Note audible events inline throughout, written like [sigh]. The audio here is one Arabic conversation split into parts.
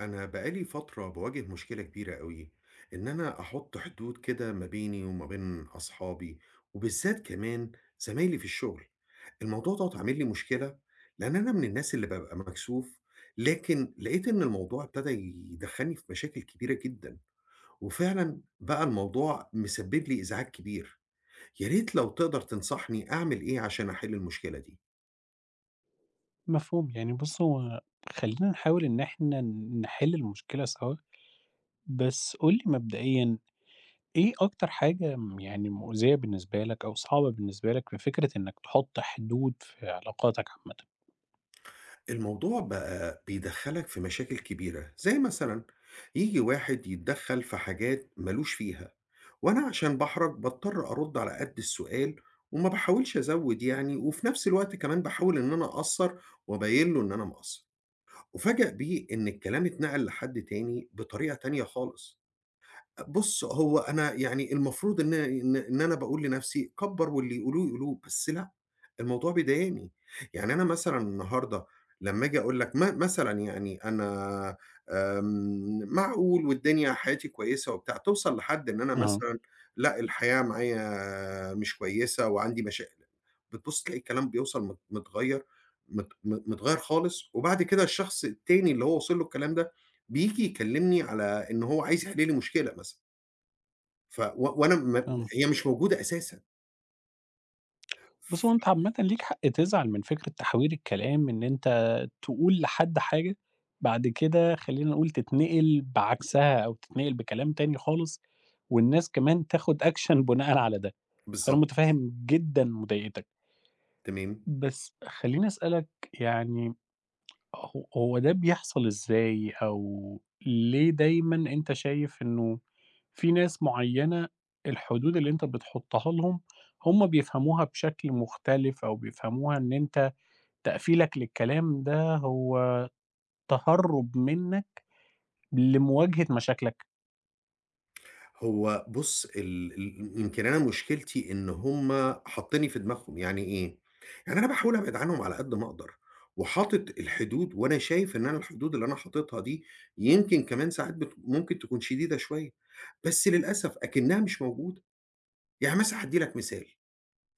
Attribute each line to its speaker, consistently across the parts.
Speaker 1: أنا بقالي فترة باواجه مشكلة كبيرة أوي، إن أنا أحُط حدود كده ما بيني وما بين أصحابي، وبالذات كمان زمايلي في الشغل. الموضوع دوّة عامل لي مشكلة، لإن أنا من الناس اللي بابقى مكسوف، لكن لقيت إن الموضوع ابتدى يدخّلني في مشاكل كبيرة جدًا، وفعلًا بقى الموضوع مسبب لي إزعاج كبير. يا ريت لو تقدر تنصحني أعمل إيه عشان أحل المشكلة دي.
Speaker 2: مفهوم، يعني بُص هو خلّينا نحاول إن إحنا نحل المشكلة سوا، بس قُل لي مبدئيًا إيه أكتر حاجة يعني مؤذية بالنسبة لك أو صعبة بالنسبة لك في فكرة إنك تحط حدود في علاقاتك عامةً؟
Speaker 1: الموضوع بقى بيدخّلك في مشاكل كبيرة، زي مثلًا ييجي واحد يتدخّل في حاجات مالوش فيها، وأنا عشان باحرج باضطر أرُد على قد السؤال وما باحاولش أزوّد يعني، وفي نفس الوقت كمان باحاول إن أنا أقصّر وأبيّن له إن أنا مقصّر، أُفاجأ بيه إن الكلام اتنقل لحد تاني بطريقة تانية خالص. بُص، هو أنا يعني المفروض إن أنا باقول لنفسي كبّر واللي يقولوه يقولوه، بس لأ، الموضوع بيضايقني. يعني أنا مثلًا النهارده لمّا آجي أقول لك مثلًا يعني أنا معقول والدنيا حياتي كويسة وبتاع، توصل لحد إن أنا
Speaker 2: أها،
Speaker 1: مثلًا لأ، الحياة معايا مش كويسة وعندي مشاكل بتبُص تلاقي الكلام بيوصل مت متغيّر مت مت متغيّر خالص، وبعد كده الشخص التاني اللي هو وصل له الكلام ده، بييجي يكلّمني على إن هو عايز يحل لي مشكلة مثلًا. ف و وأنا م
Speaker 2: فاهمك.
Speaker 1: هي مش موجودة أساسًا. ف
Speaker 2: بُص هو أنت عامةً ليك حق تزعل من فكرة تحوير الكلام إن أنت تقول لحد حاجة، بعد كده خلّينا نقول تتنقل بعكسها أو تتنقل بكلام تاني خالص، والناس كمان تاخد action بناءً على ده، فأنا
Speaker 1: بالضبط،
Speaker 2: متفهم جدًا مضايقتك.
Speaker 1: تمام.
Speaker 2: بس خلّيني أسألك يعني هو ده بيحصل إزاي أو ليه دايمًا أنت شايف إنه في ناس معيّنة الحدود اللي أنت بتحطها لهم هم بيفهموها بشكل مختلف أو بيفهموها إن أنت تقفيلك للكلام ده هو تهرُّب منّك لمواجهة مشاكلك؟
Speaker 1: هو بُص ال ال يمكن أنا مشكلتي إن هُم حاطينّي في دماغهم، يعني إيه، يعني أنا باحاول أبعد عنهم على قد ما أقدر، وحاطط الحدود وأنا شايف إن أنا الحدود اللي أنا حاططها دي يمكن كمان ساعات ممكن تكون شديدة شوية، بس للأسف أكنّها مش موجودة. يعني مثلًا هادّي لك مثال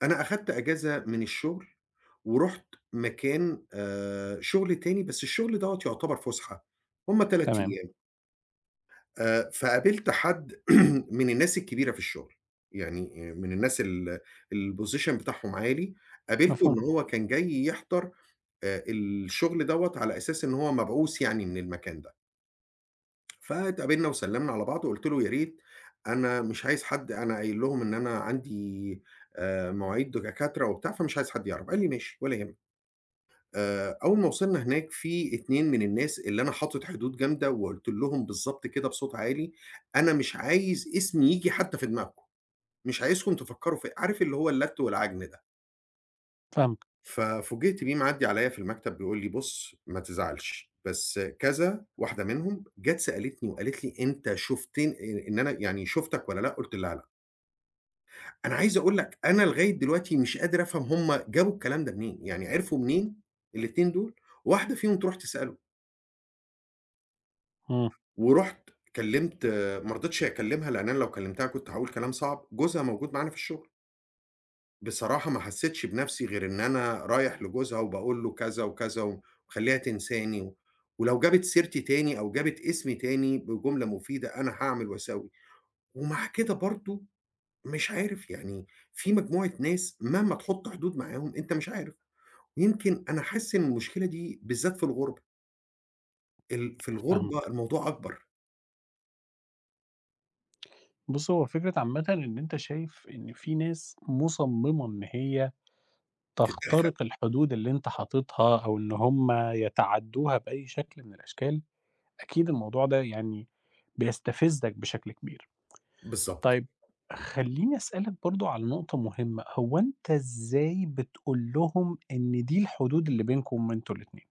Speaker 1: أنا أخدت أجازة من الشغل، ورُحت مكان شغل تاني، بس الشغل دوّة يعتبر فُسحة، هُم 3
Speaker 2: تمام،
Speaker 1: أيام، فقابلت حد [clears throat] من الناس الكبيرة في الشغل، يعني من الناس الposition بتاعهم عالي، قابلته
Speaker 2: مفهوم،
Speaker 1: إن هو كان جاي يحضر الشغل دوّة على أساس إن هو مبعوث يعني من المكان ده. فاتقابلنا وسلّمنا على بعض وقُلت له: "يا ريت أنا مش عايز حد أنا قايل لهم إن أنا عندي مواعيد دكاترة وبتاع، فمش عايز حد يعرف." قال لي: "ماشي ولا يهمك." أول ما وصلنا هناك في 2 من الناس اللي أنا حاطط حدود جامدة وقُلت لهم بالضبط كده بصوت عالي: "أنا مش عايز اسمي ييجي حتى في دماغكم، مش عايزكم تفكّروا فيّا." عارف اللي هو اللَّت والعجن ده.
Speaker 2: فاهمك،
Speaker 1: ففوجئت بيه معدّي عليَّ في المكتب بيقول لي: "بُص ما تزعلش، بس كذا" واحدة منهم جات سألتني وقالت لي: "أنت شُفتن إن أنا يعني شُفتك والّا لأ؟" قُلت لها: "لأ." أنا عايز أقول لك أنا لغاية دلوقتي مش قادر أفهم هم جابوا الكلام ده منين، يعني عرفوا منين الاتنين دول واحدة فيهم تروح تسأله،
Speaker 2: إمم،
Speaker 1: ورُحت كلّمت ما رضيتش أكلّمها لإن أنا لو كلّمتها كنت هاقول كلام صعب، جوزها موجود معانا في الشغل. بصراحة ما حسّيتش بنَفْسي غير إن أنا رايح لجوزها وباقول له كذا وكذا و وأخلّيها تنساني و ولو جابت سيرتي تاني أو جابت اسمي تاني بجملة مفيدة أنا هاعمل وأسوي، ومع كده برضه مش عارف يعني في مجموعة ناس مهما تحُط حدود معاهم أنت مش عارف، يمكن أنا حاسس إن المشكلة دي بالذات في الغُربة، في الغُربة
Speaker 2: فاهمك.
Speaker 1: الموضوع أكبر،
Speaker 2: بُص، هو فكرة عامةً إن أنت شايف إن في ناس مُصمِّمة إن هي
Speaker 1: تتدخّل
Speaker 2: تخترق الحدود اللي أنت حاططها أو إن هم يتعدّوها بأي شكل من الأشكال، أكيد الموضوع ده يعني بيستفزّك بشكل كبير.
Speaker 1: بالضبط،
Speaker 2: طيب خلّيني أسألك برضه على نقطة مهمة، هو أنت إزاي بتقول لهم إن دي الحدود اللي بينكم أنتم الاتنين؟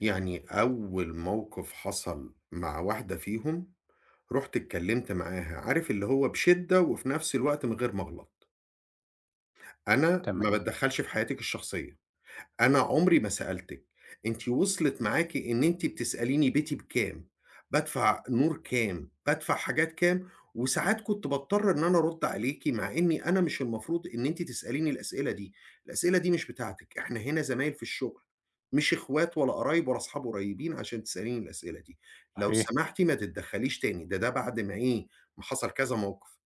Speaker 1: يعني أول موقِف حصل مع واحدة فيهم رُحت اتكلمت معاها، عارف اللي هو بشِدّة وفي نفس الوقت من غير ما أغلط، أنا ما
Speaker 2: تمام،
Speaker 1: باتدخّلش في حياتِك الشخصية. أنا عمري ما سألتِك، أنتِ وصلت معاكِ إن أنتِ بتسأليني بيتي بكام، بادفع نور كام، بادفع حاجات كام، وساعات كنت باضطر إن أنا أرُدّ عليكِ مع إني أنا مش المفروض إن أنتِ تسأليني الأسئلة دي، الأسئلة دي مش بتاعتِك، إحنا هنا زمايل في الشغل، مش إخوات ولا قرايب ولا أصحاب قريبين عشان تسأليني الأسئلة دي، لو
Speaker 2: صحيح،
Speaker 1: سمحتِ ما تتدخّليش تاني، ده بعد ما إيه، ما حصل كذا موقف.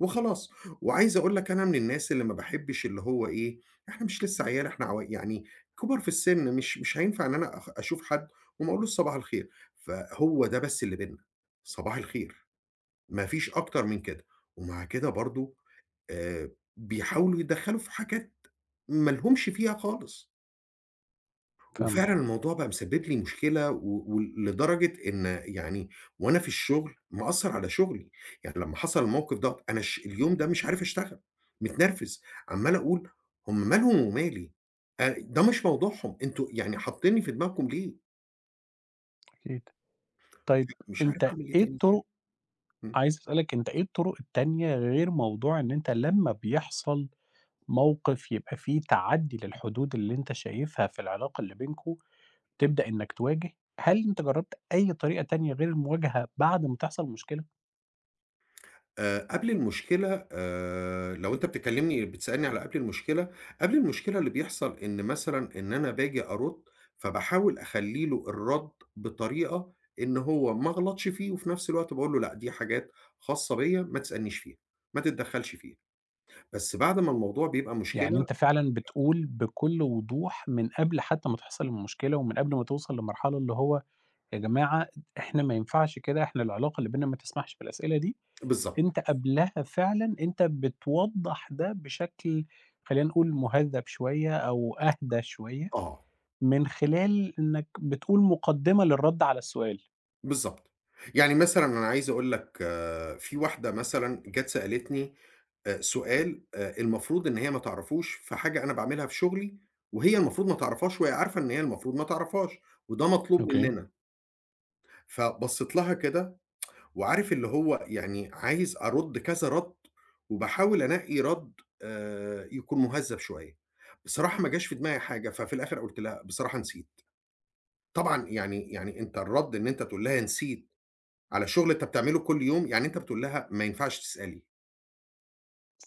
Speaker 1: وخلاص. وعايز أقول لك أنا من الناس اللي ما باحبّش اللي هو إيه، إحنا مش لسّه عيال، إحنا عوا يعني كُبَر في السِن، مش هينفع إن أنا أشوف حد وما أقولوش صباح الخير، فهو ده بس اللي بيننا، صباح الخير، ما فيش أكتر من كده. ومع كده برضه آآ بيحاولوا يتدخّلوا في حاجات ما لهمش فيها خالص.
Speaker 2: فاهمك
Speaker 1: وفعلًا الموضوع بقى مسبب لي مشكلة و ولدرجة إن يعني وأنا في الشغل مأثّر على شغلي، يعني لمّا حصل الموقف دوّة أنا اليوم ده مش عارف أشتغل، متنرفز، عمّال أقول هم مالهم ومالي؟ ده مش موضوعهم، أنتم يعني حاطينّي في دماغكم ليه؟
Speaker 2: أكيد. طيب
Speaker 1: مش عارف
Speaker 2: أنت
Speaker 1: أعمل إيه
Speaker 2: إيه
Speaker 1: تاني زيادة.
Speaker 2: الطرق
Speaker 1: إمم.
Speaker 2: عايز أسألك أنت إيه الطرق التانية غير موضوع إن أنت لمّا بيحصل موقف يبقى فيه تعدّي للحدود اللي أنت شايفها في العلاقة اللي بينكم، تبدأ إنك تواجه، هل أنت جرّبت أي طريقة تانية غير المواجهة بعد ما تحصل مشكلة؟
Speaker 1: قبل المشكلة لو أنت بتكلمني بتسألني على قبل المشكلة، قبل المشكلة اللي بيحصل إن مثلًا إن أنا باجي أرُدّ، فباحاول أخلّي له الرَدّ بطريقة إن هو ما اغلطش فيه، وفي نفس الوقت باقول له لأ دي حاجات خاصة بيّا ما تسألنيش فيها، ما تتدخّلش فيها، بس بعد ما الموضوع بيبقى
Speaker 2: يعني
Speaker 1: مشكلة
Speaker 2: أنت فعلًا بتقول بكل وضوح من قبل حتى ما تحصل المشكلة، ومن قبل ما توصل لمرحلة اللي هو يا جماعة إحنا ما ينفعش كده، إحنا العلاقة اللي بيننا ما تسمحش بالأسئلة دي،
Speaker 1: بالضبط،
Speaker 2: أنت قبلها فعلًا أنت بتوضّح ده بشكل خلّينا نقول مهذّب شوية أو أهدى شوية.
Speaker 1: آه.
Speaker 2: من خلال إنك بتقول مقدمة للرد على السؤال.
Speaker 1: بالضبط. يعني مثلًا أنا عايز أقول لك آه، في واحدة مثلًا جات سألتني سؤال المفروض إن هي ما تعرفوش في حاجة أنا باعملها في شغلي، وهي المفروض ما تعرفهاش وهي عارفة إن هي المفروض ما تعرفهاش، وده مطلوب
Speaker 2: أوكي.
Speaker 1: مننا. فبصيت لها كده وعارف اللي هو يعني عايز أرُد كذا رَد، وباحاول أنقي رَد يكون مهذّب شوية. بصراحة ما جاش في دماغي حاجة، ففي الآخر قُلت لها: "بصراحة نسيت." طبعًا يعني أنت الرَد إن أنت تقول لها نسيت على شغل أنت بتعمله كل يوم، يعني أنت بتقول لها ما ينفعش تسألي،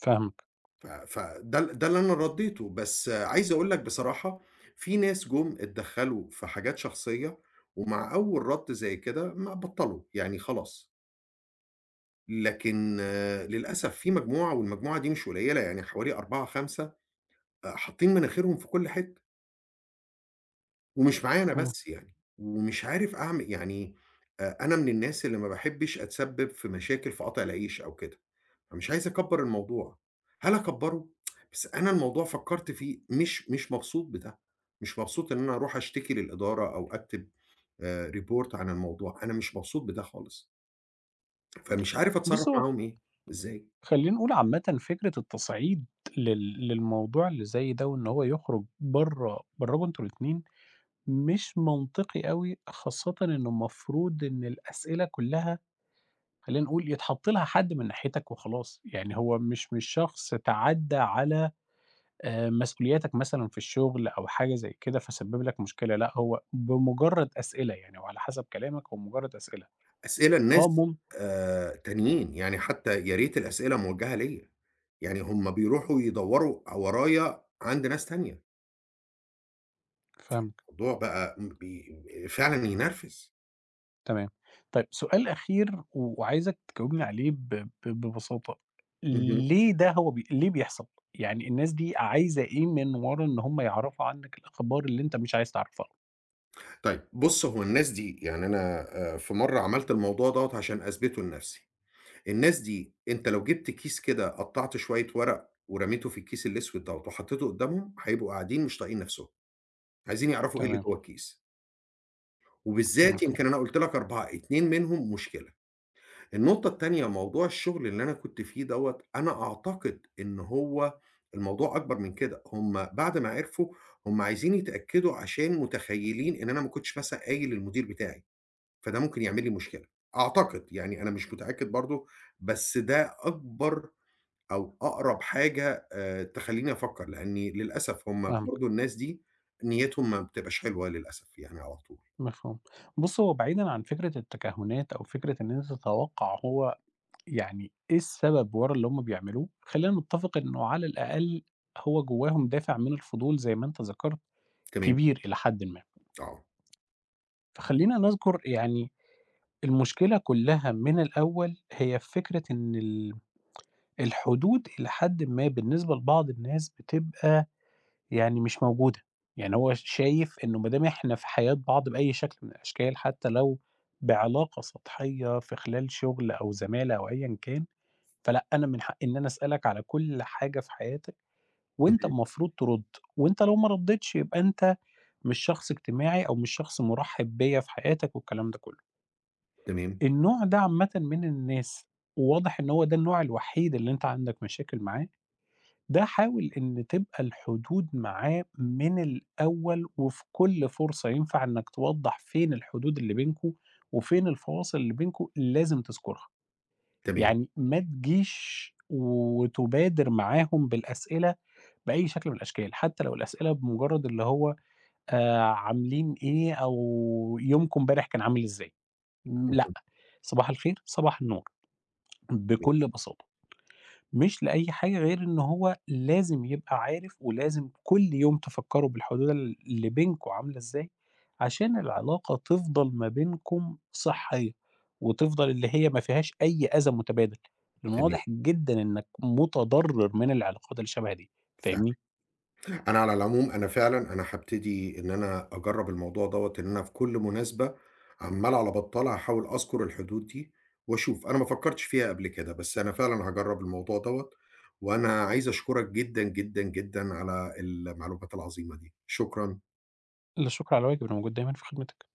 Speaker 2: فاهمك،
Speaker 1: ف فده ده اللي أنا ردّيته، بس عايز أقول لك بصراحة في ناس جُم اتدخّلوا في حاجات شخصية، ومع أول رَد زي كده ما بطّلوا، يعني خلاص. لكن آه، للأسف في مجموعة والمجموعة دي مش قليلة، يعني حوالي 4، 5 حاطين مناخيرهم في كل حتّة، ومش معايا أنا
Speaker 2: مفهوم.
Speaker 1: بس يعني، ومش عارف أعمل يعني أنا من الناس اللي ما باحبش أتسبّب في مشاكل في قطع العيش أو كده. فمش عايز أكبّر الموضوع، هل أكبّره؟ بس أنا الموضوع فكّرت فيه مش مبسوط بده، مش مبسوط إن أنا أروح أشتكي للإدارة أو أكتب report عن الموضوع، أنا مش مبسوط بده خالص، فمش عارف
Speaker 2: بُص
Speaker 1: أتصرّف
Speaker 2: هو
Speaker 1: معاهم إيه، إزاي؟
Speaker 2: خلّينا نقول عامةً فكرة التصعيد للموضوع اللي زي ده وإن هو يخرج برّه براكم أنتم الاتنين، مش منطقي أوي، خاصةً إنه المفروض إن الأسئلة كلّها خلّينا نقول يتحط لها حد من ناحيتك وخلاص، يعني هو مش شخص تعدّى على مسؤولياتك مثلًا في الشغل أو حاجة زي كده فسبِّب لك مشكلة، لأ هو بمجرد أسئلة يعني وعلى حسب كلامك هو مجرد أسئلة،
Speaker 1: أسئلة
Speaker 2: آه
Speaker 1: لناس
Speaker 2: مم
Speaker 1: تانيين، يعني حتى يا ريت الأسئلة موجهة ليّا، يعني هُم بيروحوا يدوّروا ورايا عند ناس تانية،
Speaker 2: فاهمك،
Speaker 1: الموضوع بقى م بي فعلًا ينرفز.
Speaker 2: تمام. طيب سؤال أخير و- وعايزك تجاوبني عليه ب ب ببساطة،
Speaker 1: اهم.
Speaker 2: ليه ده هو بي ليه بيحصل؟ يعني الناس دي عايزة إيه من ورا إن هم يعرفوا عنك الأخبار اللي أنت مش عايز تعرفها؟
Speaker 1: طيب بُص، هو الناس دي يعني أنا في مرّة عملت الموضوع دوّة عشان أثبته لنفسي، الناس دي أنت لو جِبت كيس كده قطّعت شوية ورق ورميته في الكيس الأسود دوّة وحطيته قدّامهم، هيبقوا قاعدين مش طايقين نفسهم، عايزين يعرفوا إيه اللي
Speaker 2: تمام،
Speaker 1: جوّه الكيس، وبالذات
Speaker 2: مفهوم،
Speaker 1: يمكن أنا قُلت لك 4، 2 منهم مشكلة. النقطة التانية موضوع الشغل اللي أنا كنت فيه دوّة، أنا أعتقد إن هو الموضوع أكبر من كده، هم بعد ما عرفوا هم عايزين يتأكدوا عشان متخيّلين إن أنا ما كنتش مثلًا قايل للمدير بتاعي. فده ممكن يعمل لي مشكلة، أعتقد يعني أنا مش متأكد برضه، بس ده أكبر أو أقرب حاجة تخلّيني أفكّر، لإني للأسف هم
Speaker 2: فاهمك،
Speaker 1: برضه الناس دي نيّتهم ما بتبقاش حلوة للأسف يعني على طول.
Speaker 2: مفهوم. بُص هو بعيدًا عن فكرة التكهُّنات أو فكرة إن أنت تتوقع هو يعني إيه السبب ورا اللي هم بيعملوه؟ خلّينا نتفق إنه على الأقل هو جواهم دافع من الفضول زي ما أنت ذكرت
Speaker 1: تمام،
Speaker 2: كبير إلى حدٍ ما،
Speaker 1: آه.
Speaker 2: فخلّينا نذكر يعني المشكلة كلّها من الأول هي في فكرة إن الحدود إلى حدٍ ما بالنسبة لبعض الناس بتبقى يعني مش موجودة، يعني هو شايف إنه ما دام إحنا في حياة بعض بأي شكل من الأشكال حتى لو بعلاقة سطحية في خلال شغل أو زمالة أو أيًا كان فلأ، أنا من حقّي إن أنا أسألك على كل حاجة في حياتك، وأنت
Speaker 1: اهم،
Speaker 2: المفروض ترُد، وأنت لو ما ردّيتش يبقى أنت مش شخص اجتماعي أو مش شخص مُرحّب بيّا في حياتك والكلام ده كلّه.
Speaker 1: تمام،
Speaker 2: النوع ده عامةً من الناس، وواضح إن هو ده النوع الوحيد اللي أنت عندك مشاكل معاه، ده حاول إن تبقى الحدود معاه من الأول وفي كل فرصة ينفع إنّك توضّح فين الحدود اللي بينكم، وفين الفواصل اللي بينكم لازم تذكرها.
Speaker 1: تمام،
Speaker 2: يعني ما تجيش وتبادر معاهم بالأسئلة بأي شكل من الأشكال، حتى لو الأسئلة بمجرد اللي هو عاملين إيه أو يومكم امبارح كان عامل إزاي، لأ،
Speaker 1: اهم،
Speaker 2: صباح الخير، صباح النور،
Speaker 1: تمام،
Speaker 2: بكل بساطة. مش لأي حاجة غير إن هو لازم يبقى عارف ولازم كل يوم تفكّروا بالحدود اللي بينكم عاملة إزاي، عشان العلاقة تفضل ما بينكم صحّية، وتفضل اللي هي ما فيهاش أي أذى متبادل، لإن
Speaker 1: تمام،
Speaker 2: واضح جدًا إنك متضرّر من العلاقات اللي شبه دي،
Speaker 1: فعلًا.
Speaker 2: فاهمني؟
Speaker 1: أنا على العموم أنا فعلًا أنا هابتدي إن أنا أجرّب الموضوع دوّة، إن أنا في كل مناسبة عمّال على بطّال هاحاول أذكر الحدود دي وأشوف، أنا ما فكّرتش فيها قبل كده، بس أنا فعلًا هاجرّب الموضوع دوّة، وأنا عايز أشكرك جدًا، جدًا، جدًا على المعلومات العظيمة دي، شكرًا.
Speaker 2: لا شكر على واجب، أنا موجود دايمًا في خدمتك.